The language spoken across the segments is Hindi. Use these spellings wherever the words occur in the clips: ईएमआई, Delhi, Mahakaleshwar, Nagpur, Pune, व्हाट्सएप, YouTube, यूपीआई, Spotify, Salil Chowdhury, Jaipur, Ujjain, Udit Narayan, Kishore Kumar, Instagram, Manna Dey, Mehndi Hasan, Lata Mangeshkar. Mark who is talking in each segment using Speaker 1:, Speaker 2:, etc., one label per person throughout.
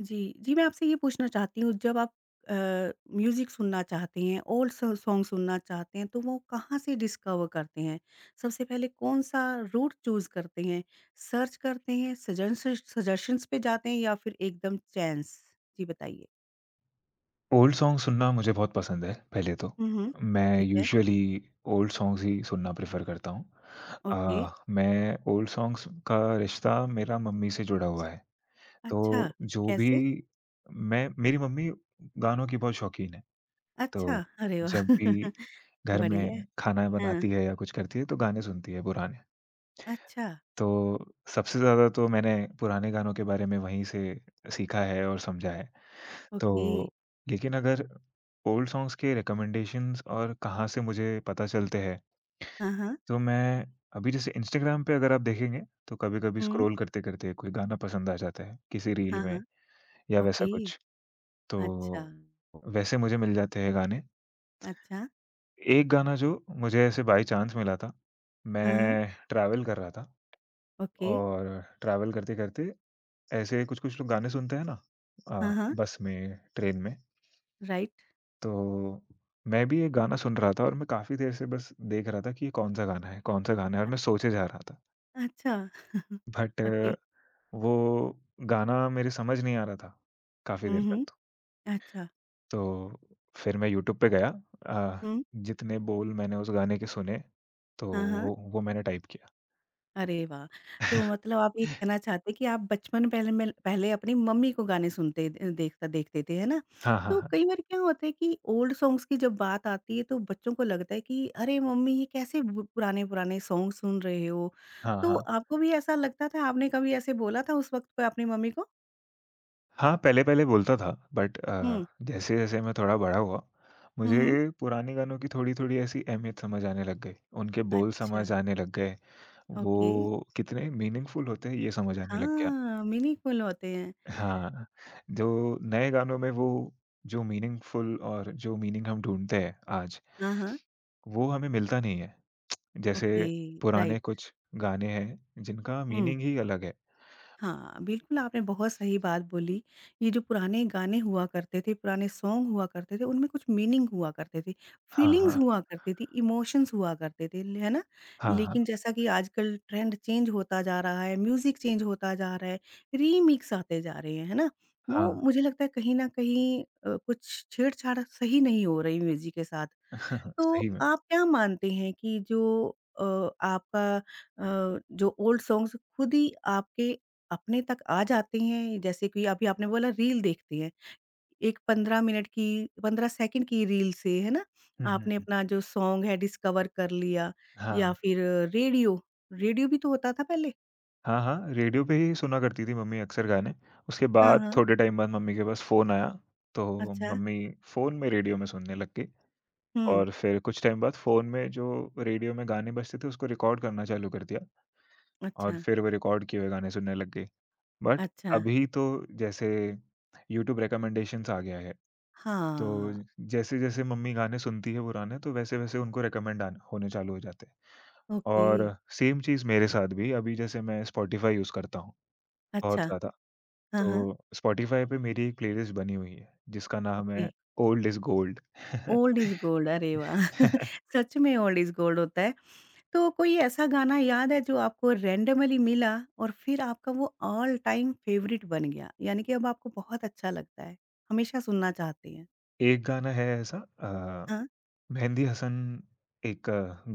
Speaker 1: जी, जी मैं आपसे ये पूछना चाहती हूँ जब आप अ, म्यूज़िक सुनना चाहते हैं, ओल्ड स सॉन्ग सुनना चाहते हैं, तो वो कहाँ से डिस्कवर करते हैं? सबसे पहले कौन-सा रूट चूज़ करते हैं? सर्च करते हैं, सजेशन सजेशंस पे जाते हैं या फिर एकदम चांस? जी बताइए।
Speaker 2: ओल्ड सॉन्ग सुनना मुझे बहुत पसंद है, पहले तो।
Speaker 1: हुँ, हुँ।
Speaker 2: मैं
Speaker 1: ठीक है,
Speaker 2: यूजुअली ओल्ड सॉन्ग्स ही सुनना प्रेफ़र करता हूँ।
Speaker 1: ओके।
Speaker 2: मैं ओल्ड सॉन्ग्स का रिश्ता मेरा मम्मी से जुड़ा हुआ है।
Speaker 1: अच्छा,
Speaker 2: तो जो भी
Speaker 1: कैसे?
Speaker 2: मैं मेरी मम्मी गानों की बहुत शौकीन है।
Speaker 1: अच्छा,
Speaker 2: तो
Speaker 1: अरे वाह!
Speaker 2: जब भी घर
Speaker 1: बढ़िया है।
Speaker 2: में खाना
Speaker 1: हाँ,
Speaker 2: बनाती है या कुछ करती है, तो गाने सुनती है पुराने।
Speaker 1: अच्छा,
Speaker 2: तो सबसे ज़्यादा तो मैंने पुराने गानों के बारे में वहीं से सीखा है और समझा है।
Speaker 1: ओके।
Speaker 2: तो लेकिन अगर ओल्ड सॉन्ग्स के रिकमेंडेशंस और कहाँ से मुझे पता चलते हैं,
Speaker 1: हाँ, हाँ।
Speaker 2: तो मैं अभी जैसे इंस्टाग्राम पे अगर आप देखेंगे, तो कभी-कभी
Speaker 1: हुँ,
Speaker 2: स्क्रॉल करते-करते कोई गाना पसंद आ जाता है, किसी रील
Speaker 1: हाँ,
Speaker 2: में
Speaker 1: हाँ,
Speaker 2: या वैसा
Speaker 1: ओके।
Speaker 2: कुछ।
Speaker 1: अच्छा,
Speaker 2: तो वैसे मुझे मिल जाते हैं गाने।
Speaker 1: अच्छा।
Speaker 2: एक गाना जो मुझे ऐसे बाय चांस मिला था,
Speaker 1: हाँ, हाँ।
Speaker 2: मैं ट्रैवल कर रहा था
Speaker 1: ओके,
Speaker 2: और ट्रैवल करते-करते ऐसे कुछ-कुछ लोग गाने सुनते हैं ना,
Speaker 1: हाँ,
Speaker 2: अ,
Speaker 1: हाँ,
Speaker 2: बस में, ट्रेन में।
Speaker 1: राइट,
Speaker 2: तो मैं भी ये गाना सुन रहा था और मैं काफ़ी देर से बस देख रहा था कि ये कौन-सा गाना है और मैं सोचे जा रहा था।
Speaker 1: अच्छा
Speaker 2: बट
Speaker 1: ओके,
Speaker 2: वो गाना मेरे समझ नहीं आ रहा था, काफ़ी
Speaker 1: हुँ,
Speaker 2: देर तक
Speaker 1: हुँ,
Speaker 2: तो।
Speaker 1: अच्छा,
Speaker 2: तो फिर मैं यूट्यूब पे गया, अ,
Speaker 1: हुँ,
Speaker 2: जितने बोल मैंने उस गाने के सुने, तो
Speaker 1: हाँ, हाँ,
Speaker 2: वो मैंने टाइप किया।
Speaker 1: अरे वाह! तो मतलब आप ये कहना चाहते हैं कि आप बचपन पहले में पहले अपनी मम्मी को गाने सुनते देखता देखते थे, है ना?
Speaker 2: हाँ, हाँ,
Speaker 1: तो
Speaker 2: हाँ।
Speaker 1: कई बार क्या होता है कि ओल्ड सॉन्ग्स की जब बात आती है तो बच्चों को लगता है कि अरे मम्मी ये कैसे ब पुराने-पुराने सॉन्ग सुन रहे हो?
Speaker 2: हाँ,
Speaker 1: तो
Speaker 2: हाँ।
Speaker 1: आपको भी ऐसा लगता था? आपने कभी ऐसे बोला था उस वक़्त पे अपनी मम्मी को?
Speaker 2: हाँ, पहले-पहले बोलता था बट
Speaker 1: हुँ,
Speaker 2: जैसे-जैसे मैं थोड़ा बड़ा हुआ,
Speaker 1: हुँ, हुँ,
Speaker 2: मुझे पुराने गानों की थोड़ी-थोड़ी ऐसी अहमियत समझ आने लग गई। उनके बोल
Speaker 1: अच्छा,
Speaker 2: समझ आने लग गए,
Speaker 1: ओके।
Speaker 2: वो कितने मीनिंगफुल होते हैं ये समझ आने लग गया।
Speaker 1: हाँ, मीनिंगफुल होते हैं।
Speaker 2: हाँ, जो नए गानों में वो जो मीनिंगफुल और जो मीनिंग हम ढूँढते हैं आज,
Speaker 1: हाँ, हाँ,
Speaker 2: वो हमें मिलता नहीं है। जैसे
Speaker 1: ओके, राइट।
Speaker 2: पुराने कुछ गाने हैं जिनका
Speaker 1: हुँ,
Speaker 2: मीनिंग ही अलग है।
Speaker 1: हाँ, बिल्कुल आपने बहुत सही बात बोली। ये जो पुराने गाने हुआ करते थे, पुराने सॉन्ग हुआ करते थे, उनमें कुछ मीनिंग हुआ करते थे,
Speaker 2: हाँ,
Speaker 1: फीलिंग्स
Speaker 2: हाँ।
Speaker 1: हुआ करती थी, इमोशंस हुआ करते थे, है ना?
Speaker 2: हाँ, हाँ।
Speaker 1: लेकिन जैसा कि आजकल ट्रेंड चेंज होता जा रहा है, म्यूज़िक चेंज होता जा रहा है, रीमिक्स आते जा रहे हैं, है ना?
Speaker 2: हाँ,
Speaker 1: वो मुझे लगता है कहीं न कहीं कुछ छेड़छाड़ सही नहीं हो रही म्यूज़िक के साथ। तो
Speaker 2: सही में।
Speaker 1: आप क्या मानते हैं कि जो अ, आपका जो ओल्ड सॉन्ग्स खुद ही आपके अपने तक आ जाते हैं जैसे कि अभी आपने बोला रील देखते हैं एक 15 सेकंड की रील से है ना
Speaker 2: हुँ,
Speaker 1: आपने
Speaker 2: हुँ।
Speaker 1: अपना जो सॉन्ग है डिस्कवर कर लिया या
Speaker 2: हाँ।
Speaker 1: फिर रेडियो रेडियो भी तो होता था पहले।
Speaker 2: हाँ, हाँ, रेडियो पे ही सुना करती थी मम्मी अक्सर गाने। उसके
Speaker 1: हाँ
Speaker 2: बाद
Speaker 1: हाँ
Speaker 2: थोड़े टाइम बाद मम्मी के पास फ़ोन आया, तो
Speaker 1: अच्छा
Speaker 2: मम्मी फ़ोन में रेडियो में सुनने लग गई
Speaker 1: हम्म
Speaker 2: और फिर कुछ टाइम बाद फ़ोन में जो रेडियो में गाने बजते थे उसको रिकॉर्ड करना चालू कर दिया
Speaker 1: अच्छा
Speaker 2: और फिर वो रिकॉर्ड किए हुए गाने सुनने लग गई। बट
Speaker 1: अच्छा
Speaker 2: अभी तो जैसे यूट्यूब रिकमेंडेशंस आ गया है, तो
Speaker 1: हाँ
Speaker 2: जैसे-जैसे मम्मी गाने सुनती है पुराने तो वैसे-वैसे उनको रिकमेंड आन होने चालू हो जाते हैं
Speaker 1: ओके
Speaker 2: और सेम चीज़ मेरे साथ भी अभी जैसे मैं स्पॉटिफ़ाई यूज़ करता हूँ, बहुत
Speaker 1: अच्छा
Speaker 2: ज़्यादा।
Speaker 1: हाँ हाँ
Speaker 2: तो स्पॉटिफ़ाई पे मेरी एक प्लेलिस्ट बनी हुई है, जिसका नाम
Speaker 1: ओके
Speaker 2: है old is gold.
Speaker 1: Old is gold अरे वाह। सच में ओल्ड इज़ गोल्ड होता है। तो कोई ऐसा गाना याद है जो आपको रैंडमली मिला और फिर आपका वो ऑल टाइम फ़ेवरेट बन गया? यानी कि अब आपको बहुत अच्छा लगता है, हमेशा सुनना चाहते हैं?
Speaker 2: एक गाना है ऐसा,
Speaker 1: हाँ,
Speaker 2: मेहंदी हसन एक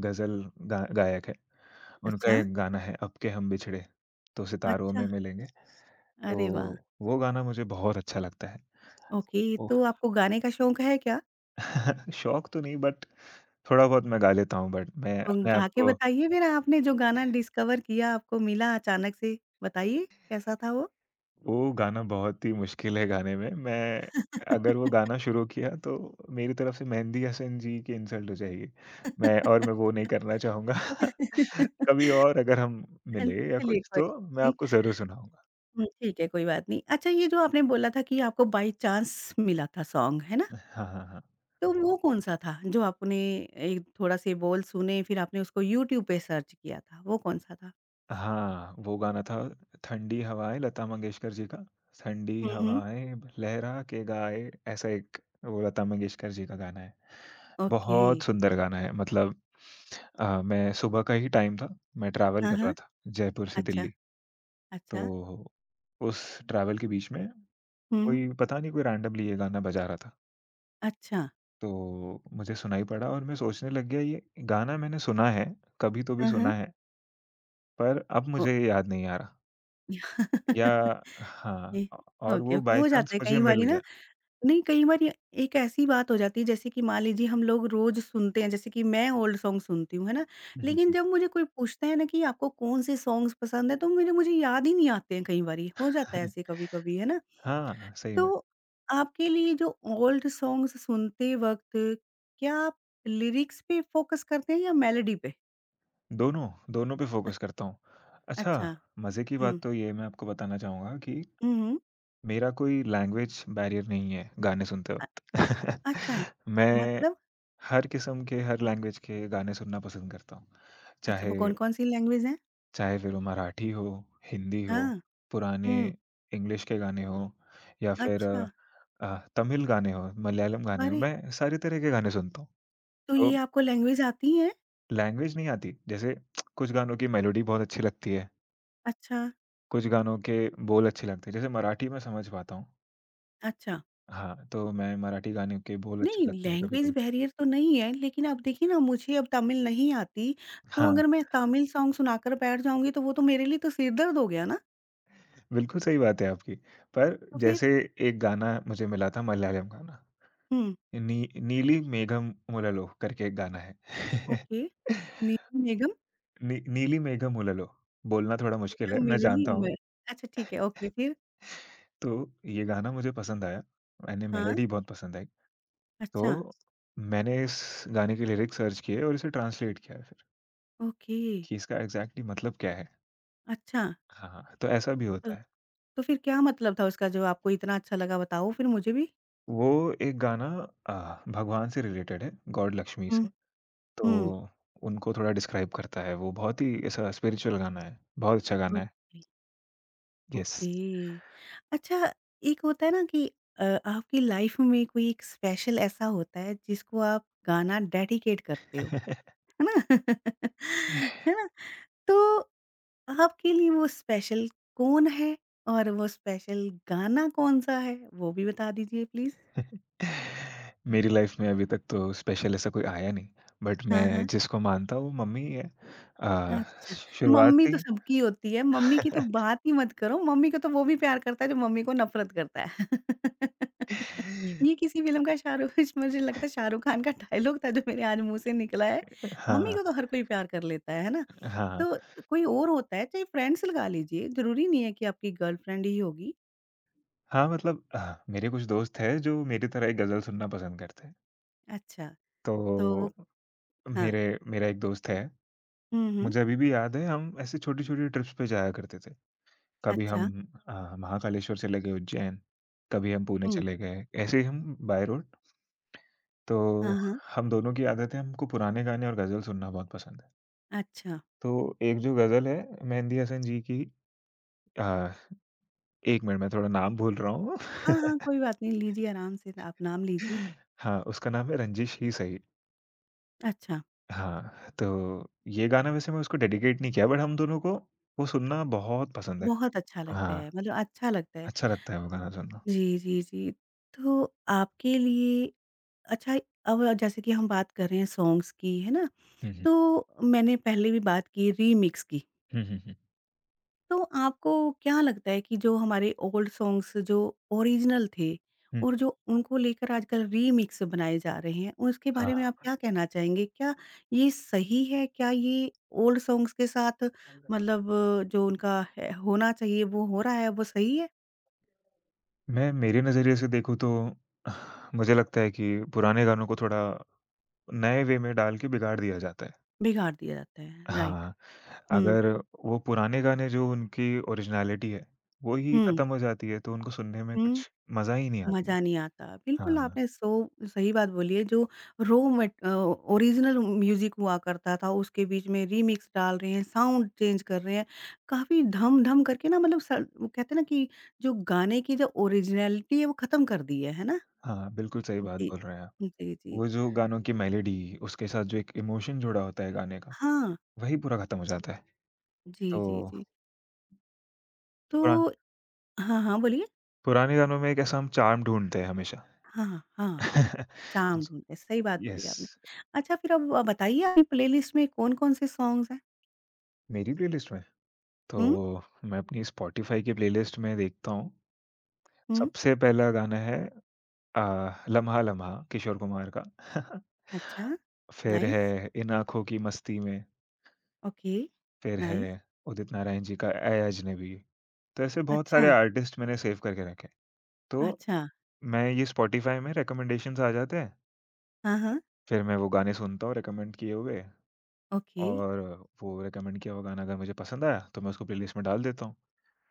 Speaker 2: ग़ज़ल गा गायक है। उनका
Speaker 1: अच्छा,
Speaker 2: एक गाना है अब के हम बिछड़े तो सितारों
Speaker 1: अच्छा।
Speaker 2: में मिलेंगे। तो
Speaker 1: अरे वाह!
Speaker 2: वो गाना मुझे बहुत अच्छा लगता है।
Speaker 1: Okay,
Speaker 2: oh!
Speaker 1: तो आपको गाने का शौक है क्या?
Speaker 2: शौक तो नहीं बट थोड़ा बहुत मैं गा लेता हूँ बट मैं अपने
Speaker 1: गा
Speaker 2: आप
Speaker 1: के
Speaker 2: को
Speaker 1: बताइए फिर आपने जो गाना डिस्कवर किया, आपको मिला अचानक से, बताइए कैसा था वो?
Speaker 2: वो गाना बहुत ही मुश्किल है गाने में। मैं अगर वो गाना शुरू किया तो मेरी तरफ से मेहंदी हसन जी की इंसल्ट हो जाएगी। मैं और मैं वो नहीं करना चाहूँगा। कभी और अगर हम मिले या
Speaker 1: चलिए
Speaker 2: कुछ
Speaker 1: कोई
Speaker 2: तो मैं आपको ज़रूर सुनाऊँगा।
Speaker 1: हुँ, ठीक है, कोई बात नहीं। अच्छा ये जो आपने बोला था कि आपको बाय चांस मिला था सॉन्ग, है ना?
Speaker 2: हाँ, हाँ, हाँ।
Speaker 1: तो वो कौन-सा था जो आपने एक थोड़ा-से बोल सुने फिर आपने उसको यूट्यूब पे सर्च किया था, वो कौन-सा था?
Speaker 2: हाँ, वो गाना था ठंडी हवाएँ लता मंगेशकर जी का, ठंडी
Speaker 1: हुँ, हुँ,
Speaker 2: हवाएँ लहरा के गाए ऐसा एक वो लता मंगेशकर जी का गाना है।
Speaker 1: ओके।
Speaker 2: बहुत सुंदर गाना है मतलब, मैं सुबह का ही टाइम था, मैं ट्रैवल
Speaker 1: हाँ,
Speaker 2: कर रहा
Speaker 1: हाँ।
Speaker 2: था जयपुर से
Speaker 1: अच्छा,
Speaker 2: दिल्ली।
Speaker 1: अच्छा।
Speaker 2: तो उस ट्रैवल के बीच में
Speaker 1: हुँ,
Speaker 2: कोई पता नहीं कोई रैंडमली ये गाना बजा रहा था।
Speaker 1: अच्छा।
Speaker 2: तो मुझे सुनाई पड़ा और मैं सोचने लग गया ये गाना मैंने सुना है, कभी तो भी
Speaker 1: हाँ, हाँ।
Speaker 2: सुना है, पर अब
Speaker 1: ओ
Speaker 2: मुझे ये याद नहीं आ रहा। या हाँ,
Speaker 1: ए
Speaker 2: और
Speaker 1: ओके,
Speaker 2: वो
Speaker 1: ओके।
Speaker 2: बाय
Speaker 1: हो जाता
Speaker 2: चांस
Speaker 1: है
Speaker 2: मुझे
Speaker 1: कई
Speaker 2: मिल
Speaker 1: बारी ना।
Speaker 2: गया।
Speaker 1: नहीं, कई बार ये एक ऐसी बात हो जाती है जैसे कि मान लीजिए हम लोग रोज़ सुनते हैं जैसे कि मैं ओल्ड सॉन्ग सुनती हूँ, है ना? लेकिन जब मुझे कोई पूछता है ना कि आपको कौन-से सॉन्ग्स पसंद है तो मुझे मुझे याद ही नहीं आते हैं कई बारी, हो जाता है ऐसे कभी-कभी, है ना?
Speaker 2: हाँ, सही में।
Speaker 1: तो आपके लिए जो ओल्ड सॉन्ग्स सुनते वक़्त क्या आप लिरिक्स पे फ़ोकस करते हैं या मेलोडी पे?
Speaker 2: दोनों, दोनों पे
Speaker 1: अ,
Speaker 2: फ़ोकस करता हूँ।
Speaker 1: अच्छा,
Speaker 2: अच्छा, मज़े की
Speaker 1: हुँ,
Speaker 2: बात तो ये मैं आपको बताना चाहूँगा कि
Speaker 1: हुँ, हुँ।
Speaker 2: मेरा कोई लैंग्वेज बैरियर नहीं है गाने सुनते
Speaker 1: अ,
Speaker 2: वक़्त।
Speaker 1: अच्छा,
Speaker 2: मैं
Speaker 1: मतलब?
Speaker 2: हर किस्म के, हर लैंग्वेज के गाने सुनना पसंद करता हूँ।
Speaker 1: अच्छा, वो
Speaker 2: चाहे
Speaker 1: कौन-कौन सी लैंग्वेज हैं?
Speaker 2: चाहे फिर वो मराठी हो, हिंदी हो,
Speaker 1: हाँ,
Speaker 2: पुराने
Speaker 1: हुँ,
Speaker 2: इंग्लिश के गाने हों या फिर
Speaker 1: अच्छा,
Speaker 2: तमिल गाने हों, मलयालम गाने हों,
Speaker 1: अरे!
Speaker 2: मैं सारे तरह के गाने सुनता हूँ।
Speaker 1: तो ये
Speaker 2: तो
Speaker 1: आपको लैंग्वेज आती है?
Speaker 2: लैंग्वेज नहीं आती, जैसे कुछ गानों की मेलोडी बहुत अच्छी लगती है,
Speaker 1: अच्छा,
Speaker 2: कुछ गानों के बोल अच्छे लगते हैं, जैसे मराठी में समझ पाता हूँ।
Speaker 1: अच्छा।
Speaker 2: हाँ, तो मैं मराठी गाने के बोल
Speaker 1: नहीं,
Speaker 2: अच्छे लगते हैं
Speaker 1: लैंग्वेज
Speaker 2: कभी-कभी।
Speaker 1: बैरियर तो नहीं है, लेकिन आप देखिए ना मुझे अब तमिल नहीं आती, तो
Speaker 2: हाँ,
Speaker 1: अगर मैं तमिल सॉन्ग सुनाकर बैठ जाऊँगी तो वो तो मेरे लिए तो सिर दर्द हो गया ना।
Speaker 2: बिल्कुल सही बात है आपकी। पर
Speaker 1: तो फिर
Speaker 2: जैसे एक गाना मुझे मिला था मलयालम गाना।
Speaker 1: हुँ,
Speaker 2: नी नीली मेघम मुललो करके एक गाना है।
Speaker 1: ओके। नीलम निगम
Speaker 2: नी नीली मेघम मुललो बोलना थोड़ा मुश्किल है,
Speaker 1: निगम
Speaker 2: मैं
Speaker 1: मेरे लिए
Speaker 2: जानता हूँ।
Speaker 1: मैं अच्छा ठीक है, ओके फिर?
Speaker 2: तो ये गाना मुझे पसंद आया, मैंने
Speaker 1: हाँ,
Speaker 2: मेलोडी बहुत पसंद आई। तो
Speaker 1: अच्छा,
Speaker 2: मैंने इस गाने के लिरिक्स सर्च किए और इसे ट्रांसलेट किया फिर
Speaker 1: ओके,
Speaker 2: कि इसका एग्ज़ैक्टली मतलब क्या है?
Speaker 1: अच्छा।
Speaker 2: हाँ, तो ऐसा भी
Speaker 1: तो
Speaker 2: होता है।
Speaker 1: तो फिर क्या मतलब था उसका जो आपको इतना अच्छा लगा बताओ फिर मुझे भी?
Speaker 2: वो एक गाना भगवान से रिलेटेड है, गॉड लक्ष्मी
Speaker 1: हुँ,
Speaker 2: से। तो
Speaker 1: हुँ,
Speaker 2: उनको थोड़ा डिस्क्राइब करता है, वो बहुत ही ऐसा स्पिरिचुअल गाना है, बहुत अच्छा गाना है।
Speaker 1: ओके।
Speaker 2: यस।
Speaker 1: ओके। अच्छा एक होता है ना कि आपकी लाइफ में कोई एक स्पेशल ऐसा होता है जिसको आप गाना डेडिकेट करते हो, है ना? है ना? तो आपके लिए वो स्पेशल कौन है और वो स्पेशल गाना कौन-सा है? वो भी बता दीजिए प्लीज़?
Speaker 2: मेरी लाइफ में अभी तक तो स्पेशल ऐसा कोई आया नहीं, बट
Speaker 1: हाँ,
Speaker 2: मैं
Speaker 1: हाँ।
Speaker 2: जिसको मानता हूँ वो मम्मी ही है। अ,
Speaker 1: अच्छा,
Speaker 2: शुरुआत
Speaker 1: मम्मी
Speaker 2: से
Speaker 1: तो
Speaker 2: ही।
Speaker 1: सबकी होती है, मम्मी की तो बात ही मत करो, मम्मी को तो वो भी प्यार करता है जो मम्मी को नफ़रत करता है। ये किसी फ़िल्म का शाहरुख मुझे लगता है शाहरुख खान का डायलॉग था जो मेरे आज मुँह से निकला है, मम्मी
Speaker 2: हाँ,
Speaker 1: को तो हर कोई प्यार कर लेता है ना?
Speaker 2: हाँ।
Speaker 1: तो कोई और होता है चाहे फ्रेंड्स लगा लीजिए, ज़रूरी नहीं है कि आपकी गर्लफ्रेंड ही होगी।
Speaker 2: हाँ, मतलब, मेरे कुछ दोस्त हैं जो मेरी तरह ही गज़ल सुनना पसंद करते हैं।
Speaker 1: अच्छा, तो
Speaker 2: तो
Speaker 1: वो हाँ,
Speaker 2: मेरे मेरा एक दोस्त है,
Speaker 1: हुँ, हुँ,
Speaker 2: मुझे अभी भी याद है हम ऐसे छोटी-छोटी ट्रिप्स पे जाया करते थे। कभी
Speaker 1: अच्छा,
Speaker 2: हम महाकालेश्वर चले गए उज्जैन, कभी हम पुणे
Speaker 1: हुँ,
Speaker 2: चले गए, ऐसे ही हम बाय रोड। तो
Speaker 1: हाँ, हाँ,
Speaker 2: हम दोनों की आदत है, हमको पुराने गाने और गज़ल सुनना बहुत पसंद है।
Speaker 1: अच्छा।
Speaker 2: तो एक जो गज़ल है मेहंदी हसन जी की, अ, 1 मिनट मैं थोड़ा नाम भूल रहा हूँ।
Speaker 1: हाँ, हाँ, कोई बात नहीं लीजिए आराम से आप नाम लीजिए।
Speaker 2: हाँ, उसका नाम है रंजिश ही सही।
Speaker 1: अच्छा।
Speaker 2: हाँ, तो ये गाना वैसे मैं उसको डेडिकेट नहीं किया बट हम दोनों को वो सुनना बहुत पसंद है।
Speaker 1: बहुत अच्छा लगता
Speaker 2: हाँ,
Speaker 1: है, मतलब अच्छा लगता है।
Speaker 2: अच्छा लगता है वो गाना सुनना।
Speaker 1: जी, जी, जी। तो आपके लिए अच्छा अब जैसे कि हम बात कर रहे हैं सॉन्ग्स की, है ना?
Speaker 2: हुँ, हुँ।
Speaker 1: तो मैंने पहले भी बात की रीमिक्स की,
Speaker 2: हुँ, हुँ, हुँ।
Speaker 1: तो आपको क्या लगता है कि जो हमारे ओल्ड सॉन्ग्स जो ओरिजिनल थे
Speaker 2: हुँ,
Speaker 1: और जो उनको लेकर आजकल रीमिक्स बनाए जा रहे हैं, उसके बारे में आप क्या
Speaker 2: हाँ।
Speaker 1: कहना चाहेंगे? क्या ये सही है? क्या ये ओल्ड सॉन्ग्स के साथ मतलब जो उनका है होना चाहिए वो हो रहा है, वो सही है?
Speaker 2: मैं मेरे नज़रिए से देखूँ तो मुझे लगता है कि पुराने गानों को थोड़ा नए वे में डाल के बिगाड़ दिया जाता है।
Speaker 1: बिगाड़ दिया जाता है, राइट।
Speaker 2: हाँ,
Speaker 1: हुँ,
Speaker 2: अगर वो पुराने गाने जो उनकी ओरिजिनैलिटी है, वो ही
Speaker 1: हुँ,
Speaker 2: खत्म हो जाती है, तो उनको सुनने में
Speaker 1: हुँ,
Speaker 2: कुछ मज़ा ही नहीं आती।
Speaker 1: मज़ा नहीं आता। बिल्कुल,
Speaker 2: हाँ,
Speaker 1: आपने सही बात बोली है जो रॉ मट अ, ओरिजिनल म्यूज़िक हुआ करता था, उसके बीच में रीमिक्स डाल रहे हैं, साउंड चेंज कर रहे हैं, काफ़ी धम-धम करके ना मतलब स वो कहते हैं ना कि जो गाने की जो ओरिजिनैलिटी है वो ख़त्म कर दी है ना?
Speaker 2: हाँ, बिल्कुल सही बात
Speaker 1: जी।
Speaker 2: बोल रहे हैं आप।
Speaker 1: जी, जी।
Speaker 2: वो जो गानों की मेलोडी, उसके साथ जो एक इमोशन जुड़ा होता है गाने का,
Speaker 1: हाँ।
Speaker 2: वही पूरा खत्म हो जाता है।
Speaker 1: जी, जी,
Speaker 2: तो
Speaker 1: जी। तो
Speaker 2: पुरा
Speaker 1: हाँ, हाँ, बोलिए।
Speaker 2: पुराने गानों में एक ऐसा हम चार्म ढूँढते हैं हमेशा।
Speaker 1: हाँ, हाँ। चार्म
Speaker 2: ज
Speaker 1: ढूँढते, सही बात बोली
Speaker 2: यस,
Speaker 1: आपने। अच्छा फिर अब बताइए आपकी प्लेलिस्ट में कौन-कौन से सॉन्ग्स हैं?
Speaker 2: मेरी प्लेलिस्ट में? तो
Speaker 1: हुँ,
Speaker 2: मैं अपनी स्पॉटिफ़ाई की प्लेलिस्ट में देखता हूँ,
Speaker 1: हुँ,
Speaker 2: सबसे पहला गाना है अ, लम्हा लम्हा किशोर कुमार का।
Speaker 1: अच्छा,
Speaker 2: फिर
Speaker 1: नाइस,
Speaker 2: है इन आँखों की मस्ती में,
Speaker 1: ओके,
Speaker 2: फिर है
Speaker 1: नाइस,
Speaker 2: उदित नारायण जी का ऐ अजनबी। तो ऐसे बहुत
Speaker 1: अच्छा,
Speaker 2: सारे आर्टिस्ट मैंने सेव करके रखे हैं। तो
Speaker 1: अच्छा,
Speaker 2: मैं ये स्पॉटिफ़ाई में रिकमेंडेशंस आ जाते हैं,
Speaker 1: हाँ, हाँ,
Speaker 2: फिर मैं वो गाने सुनता हूँ रिकमेंड किए हुए
Speaker 1: ओके,
Speaker 2: और वो रिकमेंड किया हुआ गाना अगर मुझे पसंद आया तो मैं उसको प्लेलिस्ट में डाल देता हूँ।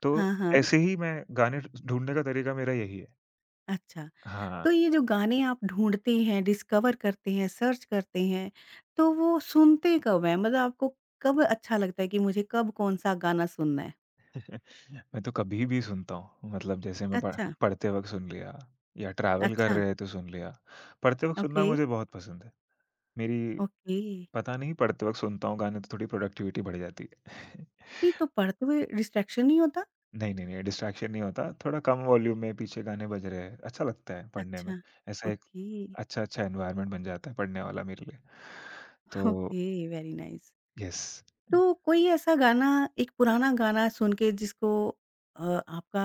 Speaker 2: तो
Speaker 1: हाँ, हाँ,
Speaker 2: ऐसे ही मैं गाने ढूँढने का तरीका मेरा यही है।
Speaker 1: अच्छा।
Speaker 2: हाँ।
Speaker 1: तो ये जो गाने आप ढूँढते हैं, डिस्कवर करते हैं, सर्च करते हैं, तो वो सुनते कब हैं? मतलब आपको कब अच्छा लगता है कि मुझे कब कौन-सा गाना सुनना है?
Speaker 2: मैं तो कभी भी सुनता हूँ। मतलब जैसे मैं पढ़
Speaker 1: अच्छा,
Speaker 2: पढ़ते वक़्त सुन लिया या ट्रैवल कर
Speaker 1: अच्छा,
Speaker 2: रहे हैं तो सुन लिया। पढ़ते वक़्त
Speaker 1: ओके,
Speaker 2: सुनना मुझे बहुत पसंद है। मेरी
Speaker 1: ओके।
Speaker 2: पता नहीं पढ़ते वक़्त सुनता हूँ गाने तो थोड़ी प्रोडक्टिविटी बढ़ जाती है।
Speaker 1: नहीं तो पढ़ते हुए डिस्ट्रैक्शन नहीं होता?
Speaker 2: नहीं, नहीं, नहीं डिस्ट्रैक्शन नहीं होता। थोड़ा कम वॉल्यूम में पीछे गाने बज रहे हैं, अच्छा लगता है पढ़ने में।
Speaker 1: अच्छा,
Speaker 2: ऐसा एक
Speaker 1: ओके,
Speaker 2: अच्छा-अच्छा एनवायरनमेंट बन जाता है पढ़ने वाला मेरे लिए। तो
Speaker 1: ओके, वेरी नाइस।
Speaker 2: यस।
Speaker 1: तो कोई ऐसा गाना, एक पुराना गाना सुन के जिसको अ, आपका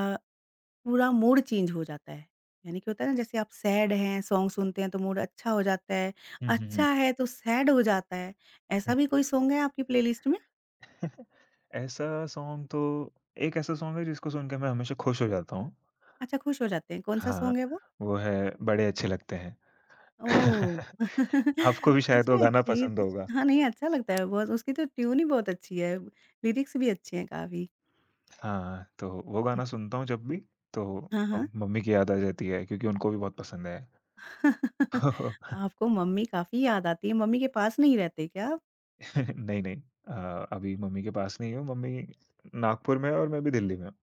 Speaker 1: पूरा मूड चेंज हो जाता है? यानी कि होता है ना जैसे आप सैड हैं, सॉन्ग सुनते हैं तो मूड अच्छा हो जाता है,
Speaker 2: हुँ, हुँ, हुँ,
Speaker 1: अच्छा है तो सैड हो जाता है, ऐसा
Speaker 2: हुँ।
Speaker 1: भी कोई सॉन्ग है आपकी प्लेलिस्ट में?
Speaker 2: ऐसा सॉन्ग तो एक ऐसा सॉन्ग है जिसको सुन के मैं हमेशा खुश हो जाता हूँ।
Speaker 1: अच्छा खुश हो जाते हैं, कौन-सा
Speaker 2: हाँ,
Speaker 1: सॉन्ग है वो?
Speaker 2: वो है बड़े अच्छे लगते हैं।
Speaker 1: ओह!
Speaker 2: आपको भी
Speaker 1: सच
Speaker 2: शायद
Speaker 1: में
Speaker 2: वो गाना
Speaker 1: अच्छा, ये
Speaker 2: पसंद
Speaker 1: तो
Speaker 2: होगा।
Speaker 1: हाँ, नहीं अच्छा लगता है बहुत, उसकी तो ट्यून ही बहुत अच्छी है, लिरिक्स भी अच्छे हैं काफ़ी।
Speaker 2: हाँ, तो वो
Speaker 1: हुँ,
Speaker 2: गाना सुनता हूँ जब भी तो
Speaker 1: हाँ, हाँ।
Speaker 2: मम्मी की याद आ जाती है क्योंकि उनको भी बहुत पसंद है।
Speaker 1: आपको मम्मी काफ़ी याद आती है, मम्मी के पास नहीं रहते क्या आप?
Speaker 2: नहीं, नहीं, अभी मम्मी के पास नहीं हूँ, मम्मी नागपुर में है और मैं भी दिल्ली में हूँ।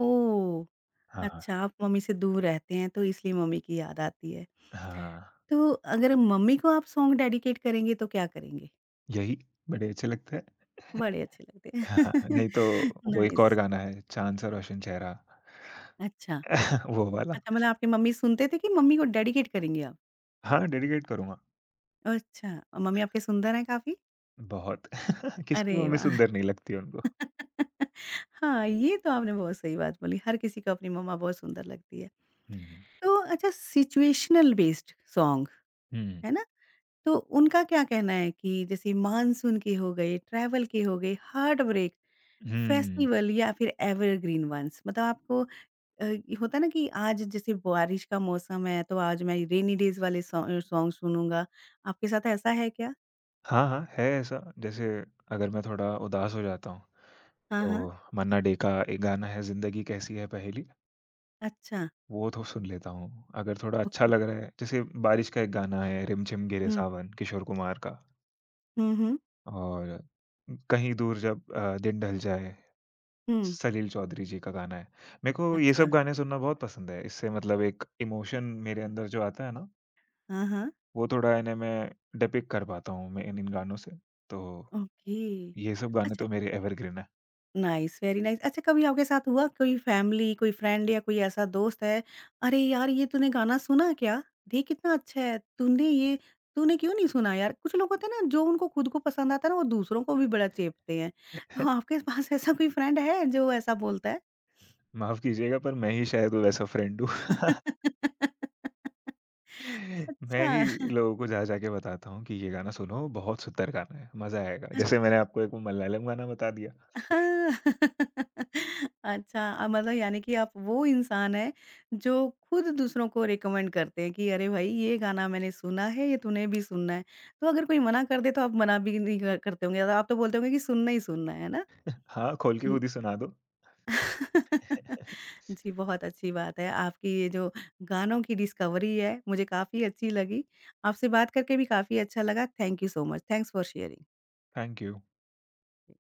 Speaker 1: ओह!
Speaker 2: हाँ,
Speaker 1: अच्छा आप मम्मी से दूर रहते हैं तो इसलिए मम्मी की याद आती है।
Speaker 2: हाँ,
Speaker 1: तो अगर मम्मी को आप सॉन्ग डेडिकेट करेंगे तो क्या करेंगे?
Speaker 2: यही बड़े अच्छे लगते हैं।
Speaker 1: बड़े अच्छे लगते हैं।
Speaker 2: हाँ, नहीं तो वो एक और
Speaker 1: नाइस
Speaker 2: गाना है चाँद सा रोशन चेहरा,
Speaker 1: अच्छा।
Speaker 2: वो वाला।
Speaker 1: अच्छा मतलब आपकी मम्मी सुनते थे कि मम्मी को डेडिकेट करेंगे आप?
Speaker 2: हाँ, डेडिकेट करूँगा।
Speaker 1: अच्छा, और मम्मी आपके सुंदर हैं काफ़ी?
Speaker 2: बहुत। किसकी
Speaker 1: अरे
Speaker 2: मम्मी
Speaker 1: वाह!
Speaker 2: सुंदर नहीं लगती उनको।
Speaker 1: हाँ, ये तो आपने बहुत सही बात बोली, हर किसी को अपनी मम्मा बहुत सुंदर लगती है।
Speaker 2: हुँ।
Speaker 1: तो अच्छा सिचुएशनल बेस्ड सॉन्ग,
Speaker 2: हुँ।
Speaker 1: है ना? तो उनका क्या कहना है कि जैसे मानसून के हो गए, ट्रैवल के हो गए, हार्टब्रेक,
Speaker 2: हुँ।
Speaker 1: फेस्टिवल या फिर एवरग्रीन वन्स? मतलब आपको ये होता है ना कि आज जैसे बारिश का मौसम है, तो आज मैं रेनी डेज़ वाले सॉन्ग सुनूँगा। आपके साथ ऐसा है क्या?
Speaker 2: हाँ, हाँ, है ऐसा। जैसे अगर मैं थोड़ा उदास हो जाता हूँ,
Speaker 1: हाँ, हाँ।
Speaker 2: तो मन्ना डे का एक गाना है ज़िंदगी कैसी है पहेली,
Speaker 1: अच्छा,
Speaker 2: वो तो सुन लेता हूँ। अगर थोड़ा अच्छा
Speaker 1: ओके।
Speaker 2: लग रहा है जैसे बारिश का एक गाना है रिमझिम गिरे
Speaker 1: हुँ।
Speaker 2: सावन, किशोर कुमार का
Speaker 1: हुँ, हुँ।
Speaker 2: और कहीं दूर जब दिन ढल जाए,
Speaker 1: हुँ,
Speaker 2: सलील चौधरी जी का गाना है। मेरे को ये
Speaker 1: अच्छा।
Speaker 2: सब गाने सुनना बहुत पसंद है। इससे मतलब एक इमोशन मेरे अंदर जो आता है ना,
Speaker 1: हाँ, हाँ।
Speaker 2: वो थोड़ा इन्हें मैं डिपिक्ट कर पाता हूँ मैं इन इन गानों से। तो
Speaker 1: ओके।
Speaker 2: ये सब गाने
Speaker 1: अच्छा
Speaker 2: तो मेरे एवरग्रीन हैं।
Speaker 1: Nice, very nice. अच्छा कभी आपके साथ हुआ कोई फैमिली, कोई फ्रेंड या कोई ऐसा दोस्त है, "अरे यार ये तूने गाना सुना क्या? देख कितना अच्छा है। तूने क्यों नहीं सुना यार?" कुछ लोग होते हैं ना जो उनको खुद को पसंद आता है ना वो दूसरों को भी बड़ा चेपते हैं। तो आपके पास ऐसा कोई फ्रेंड है जो ऐसा बोलता है?
Speaker 2: माफ़ कीजिएगा पर मैं ही शायद वैसा फ्रेंड हूँ। मैं ही
Speaker 1: अच्छा।
Speaker 2: लोगों को जा-जा के बताता हूँ कि ये गाना सुनो बहुत सुंदर गाना है, मज़ा आएगा। अच्छा। जैसे मैंने आपको एक वो मलयालम गाना बता दिया।
Speaker 1: हाँ। अच्छा मतलब यानी कि आप वो इंसान हैं जो खुद दूसरों को रिकमेंड करते हैं कि अरे भाई ये गाना मैंने सुना है, ये तूने भी सुनना है। तो अगर कोई मना कर दे तो आप मना भी नहीं कर करते होंगे, आप तो बोलते होंगे कि सुनना ही सुनना है ना?
Speaker 2: हाँ, खोल के
Speaker 1: हुँ।
Speaker 2: खुद ही सुना दो।
Speaker 1: जी, बहुत अच्छी बात है। आपकी ये जो गानों की डिस्कवरी है, मुझे काफ़ी अच्छी लगी। आपसे बात करके भी काफ़ी अच्छा लगा। Thank you so much. Thanks for sharing.
Speaker 2: Thank you.